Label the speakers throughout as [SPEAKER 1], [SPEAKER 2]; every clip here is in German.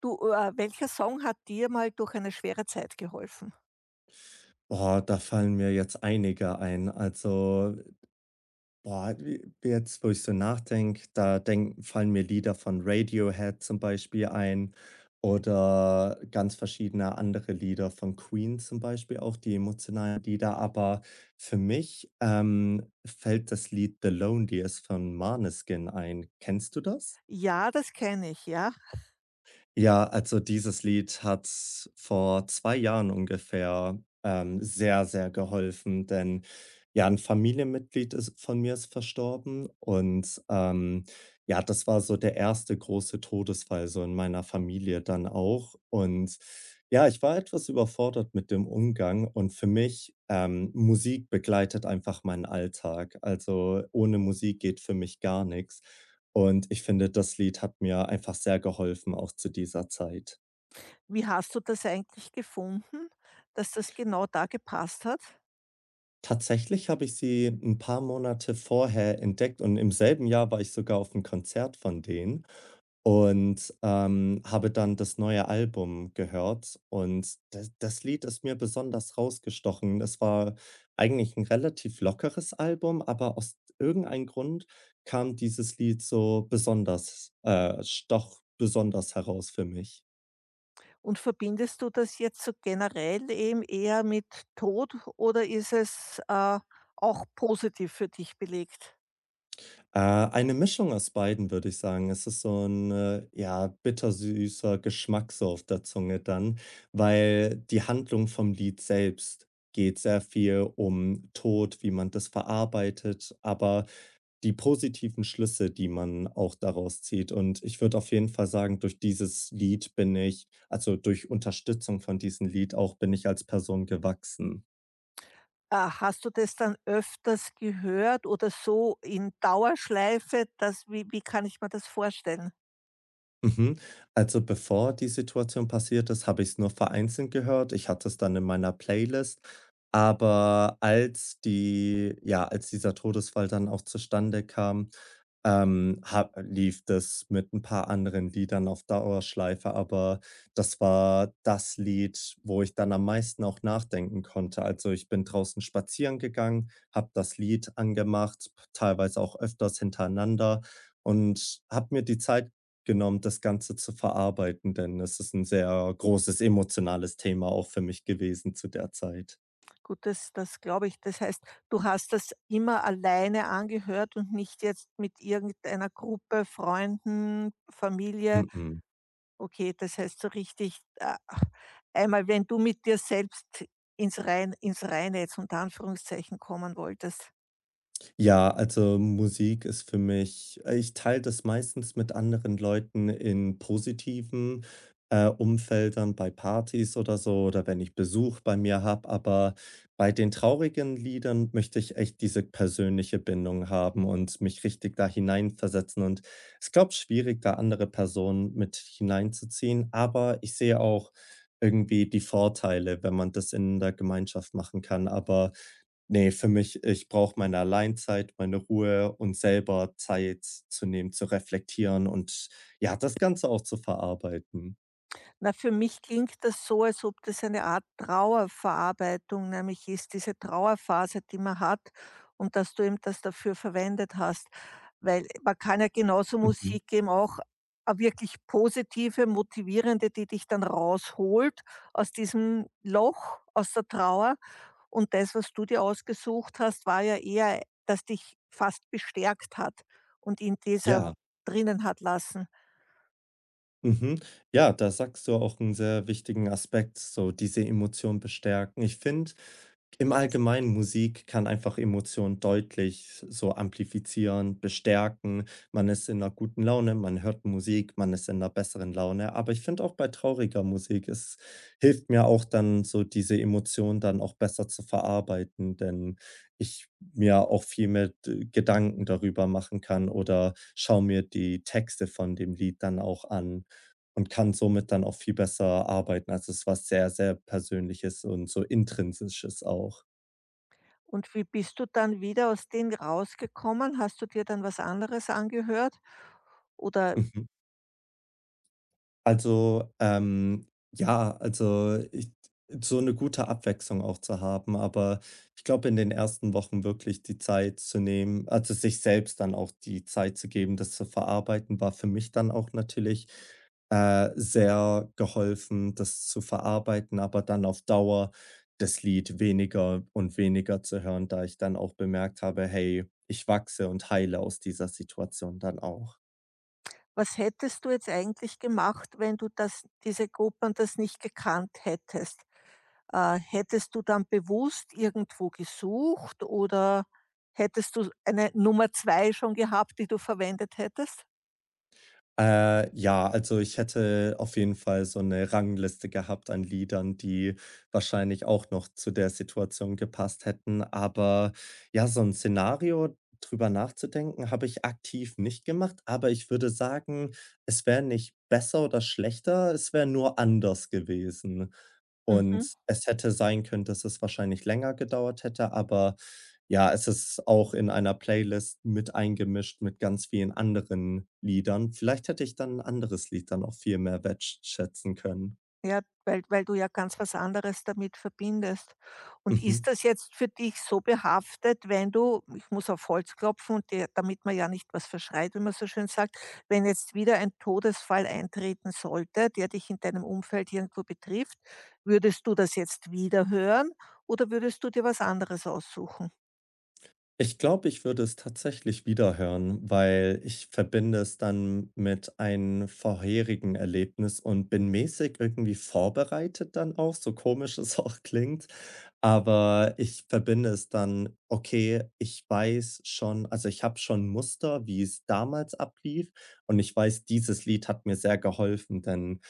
[SPEAKER 1] Du, welcher Song hat dir mal durch eine schwere Zeit geholfen?
[SPEAKER 2] Boah, da fallen mir jetzt einige ein. Also, boah, jetzt, wo ich so nachdenke, fallen mir Lieder von Radiohead zum Beispiel ein oder ganz verschiedene andere Lieder von Queen zum Beispiel auch, die emotionalen Lieder. Aber für mich fällt das Lied The Loneliest von Maneskin ein. Kennst du das?
[SPEAKER 1] Ja, das kenne ich, ja.
[SPEAKER 2] Ja, also dieses Lied hat vor 2 Jahren ungefähr, sehr, sehr geholfen, denn ja, ein Familienmitglied ist von mir ist verstorben und, ja, das war so der erste große Todesfall so in meiner Familie dann auch. Und ja, ich war etwas überfordert mit dem Umgang und für mich, Musik begleitet einfach meinen Alltag. Also, ohne Musik geht für mich gar nichts. Und ich finde, das Lied hat mir einfach sehr geholfen, auch zu dieser Zeit.
[SPEAKER 1] Wie hast du das eigentlich gefunden, dass das genau da gepasst hat?
[SPEAKER 2] Tatsächlich habe ich sie ein paar Monate vorher entdeckt und im selben Jahr war ich sogar auf einem Konzert von denen und, habe dann das neue Album gehört und da das Lied ist mir besonders rausgestochen. Das war eigentlich ein relativ lockeres Album, aber aus irgendeinem Grund kam dieses Lied so besonders stach besonders heraus für mich.
[SPEAKER 1] Und verbindest du das jetzt so generell eben eher mit Tod oder ist es auch positiv für dich belegt?
[SPEAKER 2] Eine Mischung aus beiden, würde ich sagen. Es ist so ein ja, bittersüßer Geschmack so auf der Zunge dann, weil die Handlung vom Lied selbst geht sehr viel um Tod, wie man das verarbeitet, aber die positiven Schlüsse, die man auch daraus zieht. Und ich würde auf jeden Fall sagen, durch dieses Lied bin ich also, durch Unterstützung von diesem Lied auch bin ich als Person gewachsen.
[SPEAKER 1] Hast du das dann öfters gehört oder so in Dauerschleife? Das, wie kann ich mir das vorstellen?
[SPEAKER 2] Mhm. Also, bevor die Situation passiert ist, habe ich es nur vereinzelt gehört. Ich hatte es dann in meiner Playlist. Aber als die ja, als dieser Todesfall dann auch zustande kam, ha lief das mit ein paar anderen Liedern auf Dauerschleife, aber das war das Lied, wo ich dann am meisten auch nachdenken konnte. Also, ich bin draußen spazieren gegangen, habe das Lied angemacht, teilweise auch öfters hintereinander und habe mir die Zeit genommen, das Ganze zu verarbeiten, denn es ist ein sehr großes emotionales Thema auch für mich gewesen zu der Zeit.
[SPEAKER 1] Gut, das glaube ich. Das heißt, du hast das immer alleine angehört und nicht jetzt mit irgendeiner Gruppe, Freunden, Familie.
[SPEAKER 2] Mhm.
[SPEAKER 1] Okay, das heißt so richtig, a einmal wenn du mit dir selbst ins Reine jetzt unter Anführungszeichen kommen wolltest.
[SPEAKER 2] Ja, also Musik ist für mich ich teile das meistens mit anderen Leuten in positiven, Umfeldern, bei Partys oder so oder wenn ich Besuch bei mir habe, aber bei den traurigen Liedern möchte ich echt diese persönliche Bindung haben und mich richtig da hineinversetzen und es ist, glaube ich, schwierig, da andere Personen mit hineinzuziehen, aber ich sehe auch irgendwie die Vorteile, wenn man das in der Gemeinschaft machen kann, aber ne, für mich ich brauche meine Alleinzeit, meine Ruhe und selber Zeit zu nehmen, zu reflektieren und, ja, das Ganze auch zu verarbeiten.
[SPEAKER 1] Na, für mich klingt das so, als ob das eine Art Trauerverarbeitung nämlich ist, diese Trauerphase, die man hat, und dass du eben das dafür verwendet hast. Weil man kann ja genauso
[SPEAKER 2] Mhm.
[SPEAKER 1] Musik eben auch a wirklich positive, motivierende, die dich dann rausholt aus diesem Loch, aus der Trauer. Und das, was du dir ausgesucht hast, war ja eher, das dich fast bestärkt hat und in dieser
[SPEAKER 2] Ja.
[SPEAKER 1] drinnen hat lassen.
[SPEAKER 2] Mhm. Ja, da sagst du auch einen sehr wichtigen Aspekt, so diese Emotionen bestärken. Ich finde, im Allgemeinen Musik kann einfach Emotionen deutlich so amplifizieren, bestärken. Man ist in einer guten Laune, man hört Musik, man ist in einer besseren Laune. Aber ich finde auch bei trauriger Musik, es hilft mir auch dann so diese Emotionen dann auch besser zu verarbeiten, denn ich mir auch viel mehr d Gedanken darüber machen kann oder schaue mir die Texte von dem Lied dann auch an und kann somit dann auch viel besser arbeiten. Also, es ist was sehr, sehr Persönliches und so Intrinsisches auch.
[SPEAKER 1] Und wie bist du dann wieder aus denen rausgekommen? Hast du dir dann was anderes angehört? Oder
[SPEAKER 2] Mhm. Also, ja, also, ich so eine gute Abwechslung auch zu haben, aber ich glaube, in den ersten Wochen wirklich die Zeit zu nehmen also, sich selbst dann auch die Zeit zu geben, das zu verarbeiten, war für mich dann auch natürlich, sehr geholfen, das zu verarbeiten, aber dann auf Dauer das Lied weniger und weniger zu hören, da ich dann auch bemerkt habe: „Hey, ich wachse und heile aus dieser Situation dann auch.“
[SPEAKER 1] was hättest du jetzt eigentlich gemacht, wenn du das diese Gruppen das nicht gekannt hättest? Hättest du dann bewusst irgendwo gesucht oder hättest du eine Nummer 2 schon gehabt, die du verwendet hättest?
[SPEAKER 2] Ja, also ich hätte auf jeden Fall so eine Rangliste gehabt an Liedern, die wahrscheinlich auch noch zu der Situation gepasst hätten. Aber ja, so ein Szenario, drüber nachzudenken, habe ich aktiv nicht gemacht, aber ich würde sagen, es wäre nicht besser oder schlechter, es wäre nur anders gewesen.
[SPEAKER 1] Mhm.
[SPEAKER 2] Und es hätte sein können, dass es wahrscheinlich länger gedauert hätte, aber ja, es ist auch in einer Playlist mit eingemischt mit ganz vielen anderen Liedern. Vielleicht hätte ich dann 'n anderes Lied dann auch viel mehr wertschätzen können.
[SPEAKER 1] Ja, weil du ja ganz was anderes damit verbindest. Und ist
[SPEAKER 2] Mhm.
[SPEAKER 1] das jetzt für dich so behaftet, wenn du, ich muss auf Holz klopfen, und dir damit man ja nicht was verschreit, wie man so schön sagt, wenn jetzt wieder ein Todesfall eintreten sollte, der dich in deinem Umfeld irgendwo betrifft, würdest du das jetzt wieder hören oder würdest du dir was anderes aussuchen?
[SPEAKER 2] Ich glaube, ich würde es tatsächlich wieder hören, weil ich verbinde es dann mit einem vorherigen Erlebnis und bin mäßig irgendwie vorbereitet dann auch, so komisch es auch klingt. Aber ich verbinde es dann, okay, ich weiß schon, also ich habe schon Muster, wie es damals ablief und ich weiß, dieses Lied hat mir sehr geholfen, denn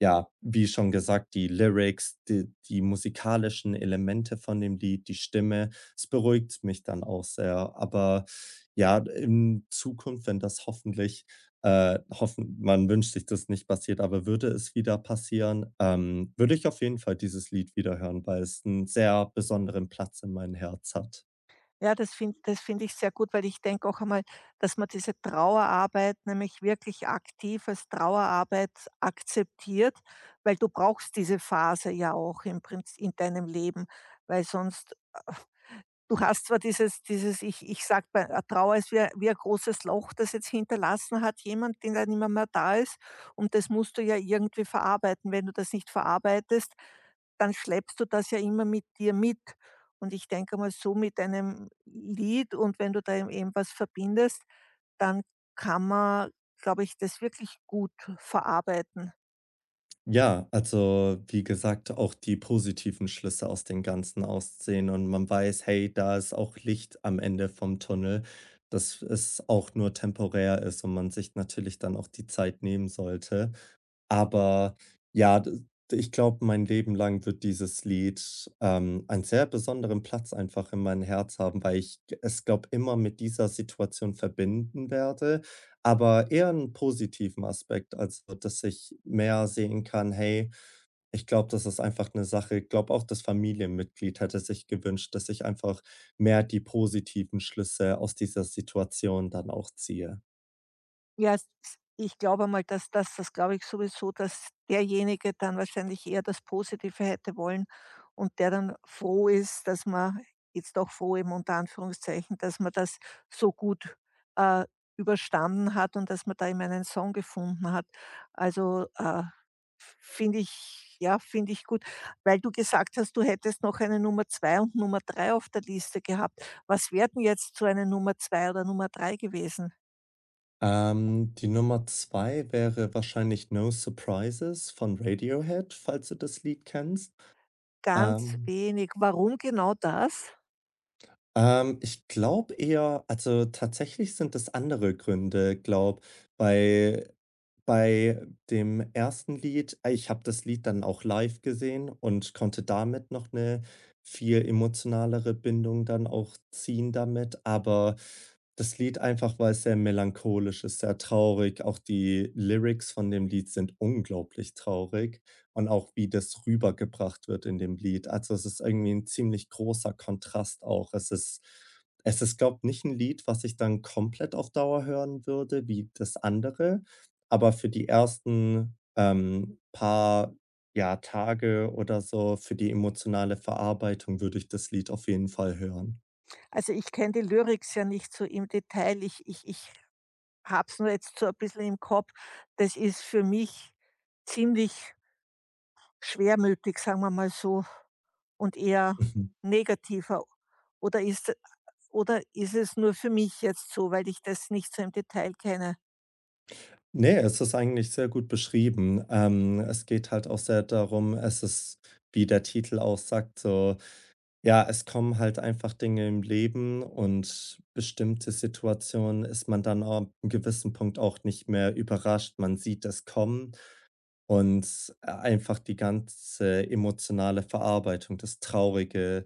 [SPEAKER 2] ja, wie schon gesagt, die Lyrics, die musikalischen Elemente von dem Lied, die Stimme, es beruhigt mich dann auch sehr. Aber ja, in Zukunft, wenn das hoffentlich hoffen man wünscht sich das nicht passiert, aber würde es wieder passieren, würde ich auf jeden Fall dieses Lied wieder hören, weil es einen sehr besonderen Platz in meinem Herz hat.
[SPEAKER 1] Ja, das finde ich sehr gut, weil ich denke auch einmal, dass man diese Trauerarbeit nämlich wirklich aktiv als Trauerarbeit akzeptiert, weil du brauchst diese Phase ja auch im Prinzip in deinem Leben, weil sonst äh, du hast zwar dieses ich sag bei Trauer ist wie ein großes Loch, das jetzt hinterlassen hat jemand, den dann nimmer mehr da ist, und das musst du ja irgendwie verarbeiten. Wenn du das nicht verarbeitest, dann schleppst du das ja immer mit dir mit. Und ich denke mal, so mit einem Lied und wenn du da eben was verbindest, dann kann man, glaube ich, das wirklich gut verarbeiten.
[SPEAKER 2] Ja, also wie gesagt, auch die positiven Schlüsse aus dem Ganzen ausziehen und man weiß, hey, da ist auch Licht am Ende vom Tunnel, dass es auch nur temporär ist und man sich natürlich dann auch die Zeit nehmen sollte. Aber ja, d ich glaube, mein Leben lang wird dieses Lied, einen sehr besonderen Platz einfach in meinem Herz haben, weil ich g es, glaube, immer mit dieser Situation verbinden werde, aber eher einen positiven Aspekt, also, dass ich mehr sehen kann: „Hey, ich glaube, das ist einfach eine Sache“ ich glaube, auch das Familienmitglied hätte sich gewünscht, dass ich einfach mehr die positiven Schlüsse aus dieser Situation dann auch ziehe.
[SPEAKER 1] Ja, s Ich glaube mal, dass das, das glaube ich sowieso, dass derjenige dann wahrscheinlich eher das Positive hätte wollen und der dann froh ist, dass man jetzt doch froh eben unter Anführungszeichen, dass man das so gut, äh, überstanden hat und dass man da eben einen Song gefunden hat. Also, finde ich, ja, finde ich gut. Weil du gesagt hast, du hättest noch eine Nummer 2 und Nummer 3 auf der Liste gehabt. Was wäre denn jetzt so eine Nummer 2 oder Nummer 3 gewesen?
[SPEAKER 2] Die Nummer 2 wäre wahrscheinlich „No Surprises“ von Radiohead, falls du das Lied kennst.
[SPEAKER 1] Ganz
[SPEAKER 2] Ähm
[SPEAKER 1] wenig. Warum genau das?
[SPEAKER 2] Ich glaube eher also, tatsächlich sind es andere Gründe, glaube bei bei dem ersten Lied ich habe das Lied dann auch live gesehen und konnte damit noch 'ne viel emotionalere Bindung dann auch ziehen damit, aber das Lied einfach, weil's sehr melancholisch ist, sehr traurig. Auch die Lyrics von dem Lied sind unglaublich traurig und auch wie das rübergebracht wird in dem Lied. Also, es ist irgendwie ein ziemlich großer Kontrast auch. Es ist, glaube ich nicht ein Lied, was ich dann komplett auf Dauer hören würde wie das andere, aber für die ersten, paar, ja, Tage oder so, für die emotionale Verarbeitung würde ich das Lied auf jeden Fall hören.
[SPEAKER 1] Also, ich kenne die Lyrics ja nicht so im Detail. Ich habe es nur jetzt so ein bisschen im Kopf. Das ist für mich ziemlich schwermütig, sagen wir mal so, und eher negativer. Oder ist oder ist es nur für mich jetzt so, weil ich das nicht so im Detail kenne?
[SPEAKER 2] Mhm. Ne, es ist eigentlich sehr gut beschrieben. Es geht halt auch sehr darum es ist, wie der Titel auch sagt, so ja, es kommen halt einfach Dinge im Leben und bestimmte Situationen ist man dann ab 'n gewissen Punkt auch nicht mehr überrascht. Man sieht es kommen und einfach die ganze emotionale Verarbeitung, das Traurige,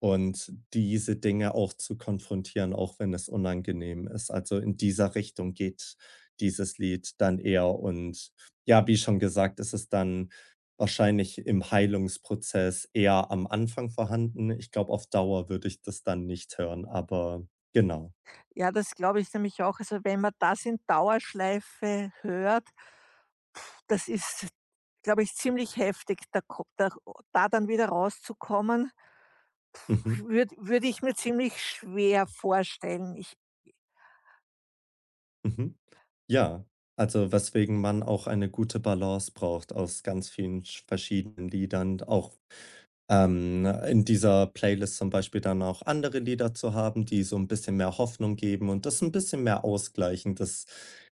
[SPEAKER 2] und diese Dinge auch zu konfrontieren, auch wenn es unangenehm ist. Also, in dieser Richtung geht dieses Lied dann eher und ja, wie schon gesagt, ist es dann wahrscheinlich im Heilungsprozess eher am Anfang vorhanden. Ich glaube, auf Dauer würde ich das dann nicht hören, aber genau.
[SPEAKER 1] Ja, das glaube ich nämlich auch. Also, wenn man das in Dauerschleife hört, das ist, glaube ich, ziemlich heftig, da ko da da dann wieder rauszukommen.
[SPEAKER 2] Mhm,
[SPEAKER 1] Würde ich mir ziemlich schwer vorstellen. Ich.
[SPEAKER 2] mhm. Ja, also, weswegen man auch eine gute Balance braucht aus ganz vielen sch verschiedenen Liedern, auch in dieser Playlist zum Beispiel dann auch andere Lieder zu haben, die so ein bisschen mehr Hoffnung geben und das ein bisschen mehr ausgleichen, dass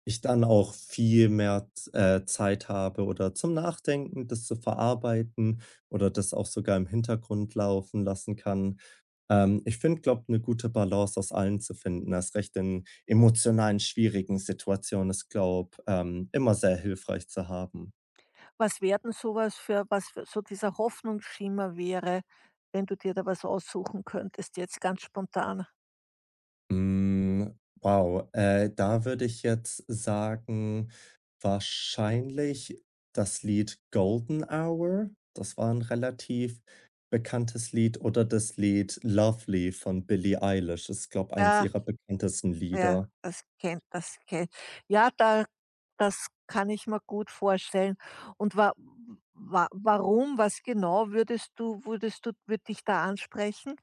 [SPEAKER 2] ich dann auch viel mehr Zeit habe oder zum Nachdenken, das zu verarbeiten oder das auch sogar im Hintergrund laufen lassen kann. Ich finde, glaube, eine gute Balance aus allen zu finden, erst recht in emotionalen, schwierigen Situationen ist, glaube, immer sehr hilfreich zu haben.
[SPEAKER 1] Was wäre denn so für, was für, so dieser Hoffnungsschimmer wäre, wenn du dir da was aussuchen könntest jetzt ganz spontan?
[SPEAKER 2] Hm, wow, da würde ich jetzt sagen, wahrscheinlich das Lied „Golden Hour“. Das war ein relativ bekanntes Lied oder das Lied „Lovely“ von Billie Eilish. Ist, glaube ich, eins
[SPEAKER 1] Ja,
[SPEAKER 2] ihrer bekanntesten
[SPEAKER 1] ja,
[SPEAKER 2] Lieder.
[SPEAKER 1] das kennt, ja, da das kann ich mir gut vorstellen. Und wa wa warum, was genau würdest du würde dich da ansprechen?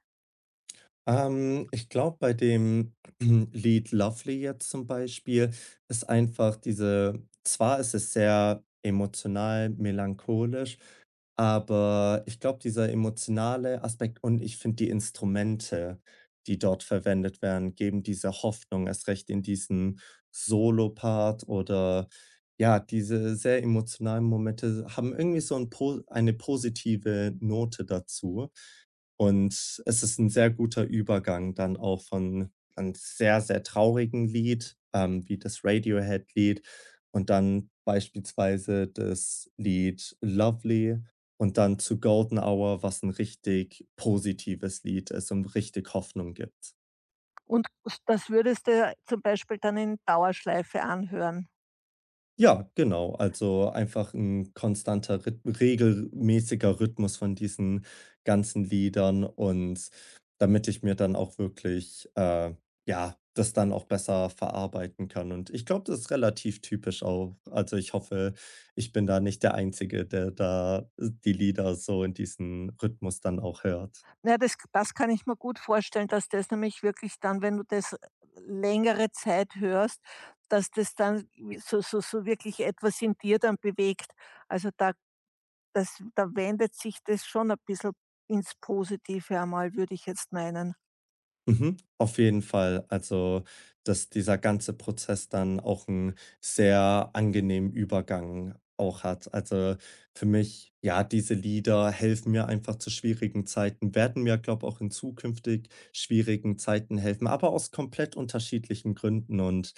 [SPEAKER 2] Ich glaube, bei dem Lied „Lovely“ jetzt zum Beispiel ist einfach diese zwar ist es sehr emotional, melancholisch, aber ich glaube, dieser emotionale Aspekt und ich finde die Instrumente, die dort verwendet werden, geben dieser Hoffnung erst recht in diesen Solo-Part oder ja, diese sehr emotionalen Momente haben irgendwie so 'n po eine positive Note dazu. Und es ist ein sehr guter Übergang dann auch von einem sehr, sehr traurigen Lied, wie das Radiohead-Lied und dann beispielsweise das Lied „Lovely“ und dann zu „Golden Hour“, was ein richtig positives Lied ist und richtig Hoffnung gibt.
[SPEAKER 1] Und s Das würdest du ja zum Beispiel dann in Dauerschleife anhören.
[SPEAKER 2] Ja, genau. Also, einfach ein konstanter Rhyth regelmäßiger Rhythmus von diesen ganzen Liedern und damit ich mir dann auch wirklich, ja, das dann auch besser verarbeiten kann. Und ich glaube, das ist relativ typisch auch. Also, ich hoffe, ich bin da nicht der Einzige, der da die Lieder so in diesen Rhythmus dann auch hört.
[SPEAKER 1] Na ja, das kann ich mir gut vorstellen, dass das nämlich wirklich dann, wenn du das längere Zeit hörst, dass das dann so wirklich etwas in dir dann bewegt. Also, da das, da wendet sich das schon ein bisschen ins Positive einmal, würde ich jetzt meinen.
[SPEAKER 2] Mhm, auf jeden Fall. Also, dass dieser ganze Prozess dann auch 'n sehr angenehmen Übergang auch hat. Also, für mich ja, diese Lieder helfen mir einfach zu schwierigen Zeiten, werden mir, glaube ich, auch in zukünftig schwierigen Zeiten helfen, aber aus komplett unterschiedlichen Gründen. Und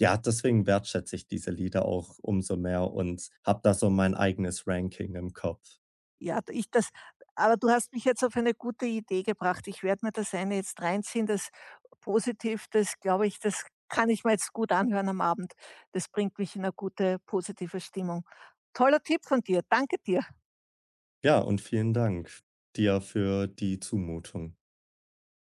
[SPEAKER 2] ja, deswegen wertschätze ich diese Lieder auch umso mehr und habe da so mein eigenes Ranking im Kopf.
[SPEAKER 1] Ja, ich das Aber du hast mich jetzt auf eine gute Idee gebracht. Ich werde mir das eine jetzt reinziehen, das positiv, das glaube ich, das kann ich mir jetzt gut anhören am Abend. Das bringt mich in eine gute, positive Stimmung. Toller Tipp von dir. Danke dir.
[SPEAKER 2] Ja, und vielen Dank dir für die Zumutung.